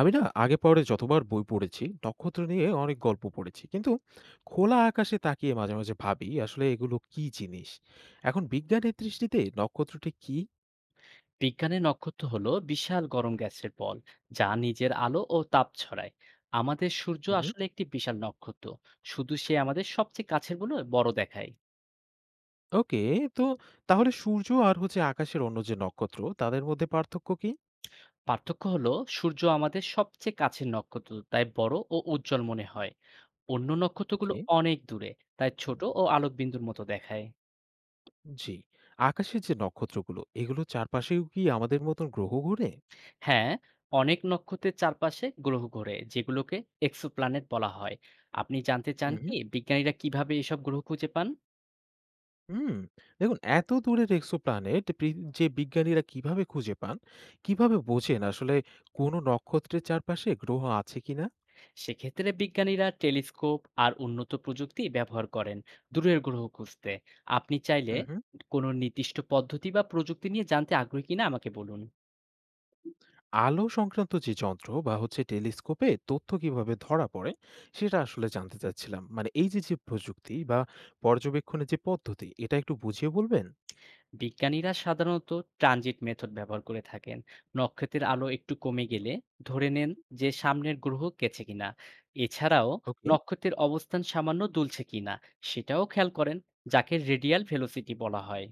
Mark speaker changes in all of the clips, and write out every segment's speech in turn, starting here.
Speaker 1: আমি না আগে পরে যতবার বই পড়েছি, নক্ষত্র নিয়ে অনেক গল্প পড়েছি। কিন্তু খোলা আকাশে তাকিয়ে মাঝে, মাঝে ভাবি আসলে এগুলো কি জিনিস? এখন বিজ্ঞানের দৃষ্টিতে নক্ষত্রটি কি?
Speaker 2: বিজ্ঞানের নক্ষত্র হলো বিশাল গরম গ্যাসের বল যা নিজের আলো ও তাপ ছড়ায়। আমাদের সূর্য
Speaker 1: হুম।
Speaker 2: আসলে একটি বিশাল নক্ষত্র, শুধু সে আমাদের সবচেয়ে কাছের বলে বড় দেখায়।
Speaker 1: ওকে, তো তাহলে সূর্য আর হচ্ছে আকাশের অন্য যে নক্ষত্র তাদের মধ্যে পার্থক্য কি?
Speaker 2: পার্থক্য হলো সূর্য আমাদের সবচেয়ে কাছের নক্ষত্র, তাই বড় ও উজ্জ্বল মনে হয়। অন্য নক্ষত্রগুলো
Speaker 1: ওকে।
Speaker 2: অনেক দূরে, তাই ছোট ও আলোকবিন্দুর মতো দেখায়।
Speaker 1: জি, আকাশের যে নক্ষত্রগুলো এগুলোর চারপাশেও কি আমাদের মতন গ্রহ ঘোরে?
Speaker 2: হ্যাঁ, অনেক নক্ষত্রের চারপাশে গ্রহ ঘোরে, যেগুলোকে এক্সোপ্ল্যানেট বলা হয়। আপনি জানতে চান
Speaker 1: হুম।
Speaker 2: কি বিজ্ঞানীরা কিভাবে এসব গ্রহ খুঁজে পান?
Speaker 1: হুম, দেখুন এত দূরের এক্সোপ্ল্যানেট যে বিজ্ঞানীরা কিভাবে খুঁজে পান, কিভাবে বোঝেন আসলে কোনো নক্ষত্রের চারপাশে গ্রহ আছে কিনা।
Speaker 2: সেক্ষেত্রে বিজ্ঞানীরা টেলিস্কোপ আর উন্নত প্রযুক্তি ব্যবহার করেন দূরের গ্রহ খুঁজতে। আপনি চাইলে
Speaker 1: হুম,
Speaker 2: কোনো নির্দিষ্ট পদ্ধতি বা প্রযুক্তি নিয়ে জানতে আগ্রহী কিনা আমাকে বলুন।
Speaker 1: আলো সংক্রান্ত যে যন্ত্র বা হচ্ছে টেলিস্কোপে তথ্য কিভাবে ধরা পড়ে সেটা আসলে জানতে চাচ্ছিলাম। মানে এই যে যে প্রযুক্তি বা পর্যবেক্ষণের যে পদ্ধতি, এটা একটু বুঝিয়ে বলবেন।
Speaker 2: বিজ্ঞানীরা সাধারণত ট্রানজিট মেথড ব্যবহার করে থাকেন। নক্ষত্রের আলো একটু কমে গেলে ধরে নেন যে সামনের গ্রহ গেছে কিনা। এছাড়াও
Speaker 1: ওকে।
Speaker 2: নক্ষত্রের অবস্থান সামান্য দুলছে কিনা সেটাও খেয়াল করেন, যাকে রেডিয়াল ভেলোসিটি বলা হয়।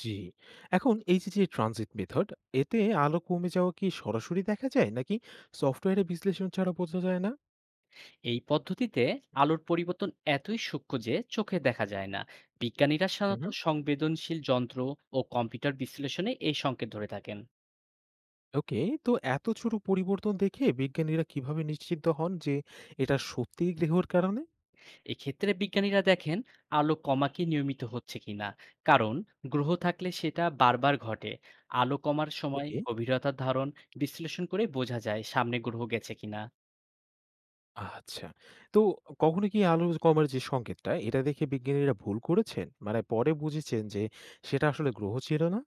Speaker 1: জি, এখন এই যে যে ট্রানজিট মেথড, এতে আলো কমে যাওয়া কি সরাসরি দেখা যায় নাকি সফটওয়্যারে বিশ্লেষণ ছাড়া বোঝা যায়
Speaker 2: এই পদ্ধতিতে আলোর পরিবর্তন এতই সূক্ষ্ম যে চোখে দেখা যায় না। বিজ্ঞানীরা সাধারণত
Speaker 1: না?
Speaker 2: সংবেদনশীল যন্ত্র ও কম্পিউটার বিশ্লেষণে এই সংকেত ধরে থাকেন।
Speaker 1: ওকে, তো এত ছোট পরিবর্তন দেখে বিজ্ঞানীরা কিভাবে নিশ্চিত হন যে এটা সত্যিই গ্রহের কারণে?
Speaker 2: এক্ষেত্রে বিজ্ঞানীরা দেখেন আলো কমা কি নিয়মিত হচ্ছে কিনা, কারণ গ্রহ থাকলে সেটা বারবার ঘটে। আলো কমার সময়
Speaker 1: ওকে,
Speaker 2: গভীরতার ধারণ বিশ্লেষণ করে বোঝা যায় সামনে গ্রহ গেছে কিনা।
Speaker 1: আচ্ছা। তো কখনো কি আলো কমার যে সংকেতটা, এটা দেখে বিজ্ঞানীরা ভুল করেছেন? মানে পরে বুঝেছেন যে সেটা আসলে গ্রহ ছিল না?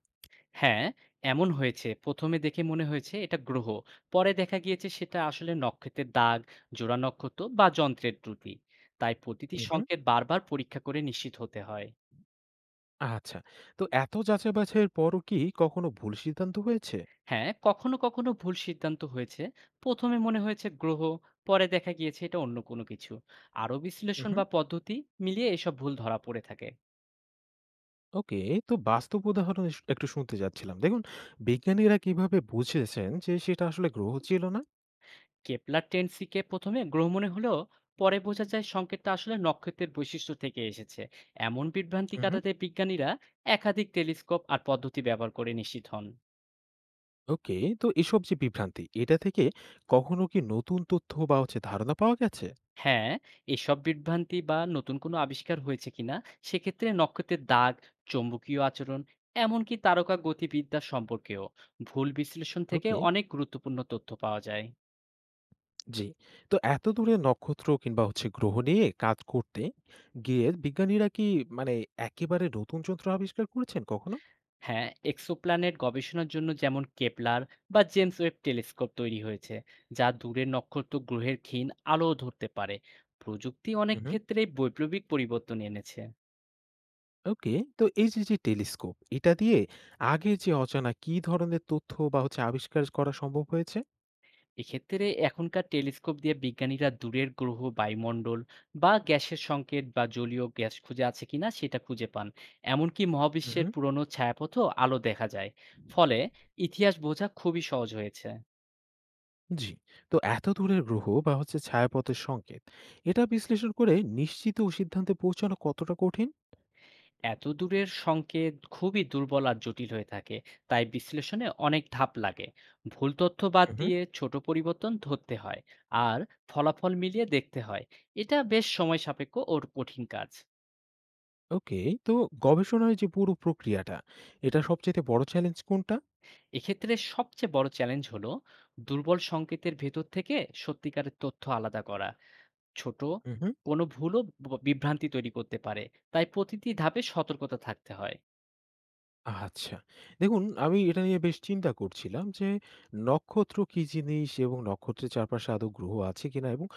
Speaker 2: হ্যাঁ, এমন হয়েছে। ১ম এ দেখে মনে হয়েছে এটা গ্রহ। পরে দেখা গিয়েছে সেটা আসলে নক্ষত্রের দাগ, জোড়া নক্ষত্র বা যন্ত্রের ত্রুটি। তাই প্রতিটি
Speaker 1: উহুম,
Speaker 2: সংকেত বারবার পরীক্ষা করে নিশ্চিত হতে হয়।
Speaker 1: আচ্ছা। তো এত যাচাই-বাছাইয়ের পরও কি কখনো ভুল সিদ্ধান্ত হয়েছে?
Speaker 2: হ্যাঁ, কখনো ভুল সিদ্ধান্ত হয়েছে। ১ম এ মনে হয়েছে গ্রহ, পরে দেখা গিয়েছে এটা অন্য কোনো কিছু। আরও বিশ্লেষণ
Speaker 1: উহুম,
Speaker 2: বা পদ্ধতি মিলিয়ে এসব ভুল ধরা পড়ে থাকে।
Speaker 1: ওকে, তো বাস্তব উদাহরণ এস একটু শুনতে চাচ্ছিলাম। দেখুন, বিজ্ঞানীরা কিভাবে বুঝেছেন যে সেটা আসলে গ্রহ ছিল না?
Speaker 2: কেপলার টেনসিকে প্রথমে গ্রহ মনে হলেও পরে বোঝা যায় সংকেতটা আসলে নক্ষত্রের বৈশিষ্ট্য থেকে এসেছে। এমন বিভ্রান্তি
Speaker 1: উহুম।
Speaker 2: কাটাতে বিজ্ঞানীরা একাধিক টেলিস্কোপ আর পদ্ধতি ব্যবহার করে নিশ্চিত হন।
Speaker 1: ওকে, তো এসব যে বিভ্রান্তি এটা থেকে কখনো কি নতুন তথ্য বা হচ্ছে ধারণা পাওয়া গেছে?
Speaker 2: হ্যাঁ, এসব বিভ্রান্তি বা নতুন কোনো আবিষ্কার হয়েছে কিনা সেক্ষেত্রে নক্ষত্রের দাগ, চৌম্বকীয় আচরণ, এমনকি তারকা গতিবিদ্যা সম্পর্কেও ভুল বিশ্লেষণ থেকে
Speaker 1: ওকে।
Speaker 2: অনেক গুরুত্বপূর্ণ তথ্য পাওয়া যায়।
Speaker 1: জি, তো এত দূরে নক্ষত্র কিংবা হচ্ছে গ্রহ নিয়ে কাজ করতে গিয়ে বিজ্ঞানীরা কি, মানে, একেবারে নতুন যন্ত্র আবিষ্কার করেছেন কখনো?
Speaker 2: হ্যাঁ, এক্সোপ্ল্যানেট গবেষণার জন্য যেমন কেপলার বা জেমস ওয়েব টেলিস্কোপ তৈরি হয়েছে, যা দূরের নক্ষত্র গ্রহের ক্ষীণ আলো ধরতে পারে। প্রযুক্তি অনেক
Speaker 1: হুম,
Speaker 2: ক্ষেত্রে বৈপ্লবিক পরিবর্তন এনেছে।
Speaker 1: ওকে, তো এই যে যে টেলিস্কোপ এটা দিয়ে আগে যে অজানা কি ধরনের তথ্য বা হচ্ছে আবিষ্কার করা সম্ভব হয়েছে?
Speaker 2: এক্ষেত্রে এখনকার টেলিস্কোপ দিয়ে বিজ্ঞানীরা দূরের গ্রহ বায়ুমণ্ডল বা গ্যাসের সংকেত বা জলীয় গ্যাস খুঁজে আছে কিনা সেটা খুঁজে পান। এমনকি মহাবিশ্বের
Speaker 1: হুম,
Speaker 2: পুরনো ছায়াপথও আলো দেখা যায়। ফলে ইতিহাস বোঝা খুবই সহজ হয়েছে।
Speaker 1: জি, তো এত দূরের গ্রহ বা হচ্ছে ছায়াপথের সংকেত এটা বিশ্লেষণ করে নিশ্চিত ও সিদ্ধান্তে পৌঁছানো কতটা কঠিন?
Speaker 2: এত দূরের সংকেত খুবই দুর্বল আর জটিল হয়ে থাকে, তাই বিশ্লেষণে অনেক ধাপ লাগে। ভুল তথ্য বাদ
Speaker 1: হুম,
Speaker 2: দিয়ে ছোট পরিবর্তন ধরতে হয় আর ফলাফল মিলিয়ে দেখতে হয়। এটা বেশ সময় সাপেক্ষ ওর কঠিন কাজ।
Speaker 1: ওকে, তো গবেষণার যে পুরো প্রক্রিয়াটা এটা সবচেয়ে বড় চ্যালেঞ্জ কোনটা?
Speaker 2: এক্ষেত্রে সবচেয়ে বড় চ্যালেঞ্জ হলো দুর্বল সংকেতের ভেতর থেকে সত্যিকারের তথ্য আলাদা করা। ছোট
Speaker 1: হুম, হুম,
Speaker 2: কোনো ভুলও বিভ্রান্তি তৈরি করতে পারে, তাই প্রতিটি ধাপে সতর্কতা থাকতে হয়।
Speaker 1: আচ্ছা, দেখুন আমি এটা নিয়ে বেশ চিন্তা করছিলাম যে নক্ষত্র কি জিনিস, এবং নক্ষত্রের চারপাশে আদৌ গ্রহ আছে কিনা, এবং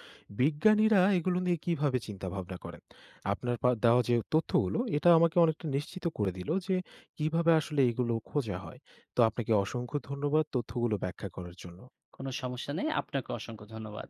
Speaker 1: বিজ্ঞানীরা এগুলো নিয়ে কিভাবে চিন্তা ভাবনা করেন। আপনার দেওয়া যে তথ্যগুলো, এটা আমাকে অনেকটা নিশ্চিত করে দিল যে কিভাবে আসলে এগুলো খোঁজা হয়। তো আপনাকে অসংখ্য ধন্যবাদ তথ্যগুলো ব্যাখ্যা করার জন্য।
Speaker 2: কোনো সমস্যা নেই, আপনাকে অসংখ্য ধন্যবাদ।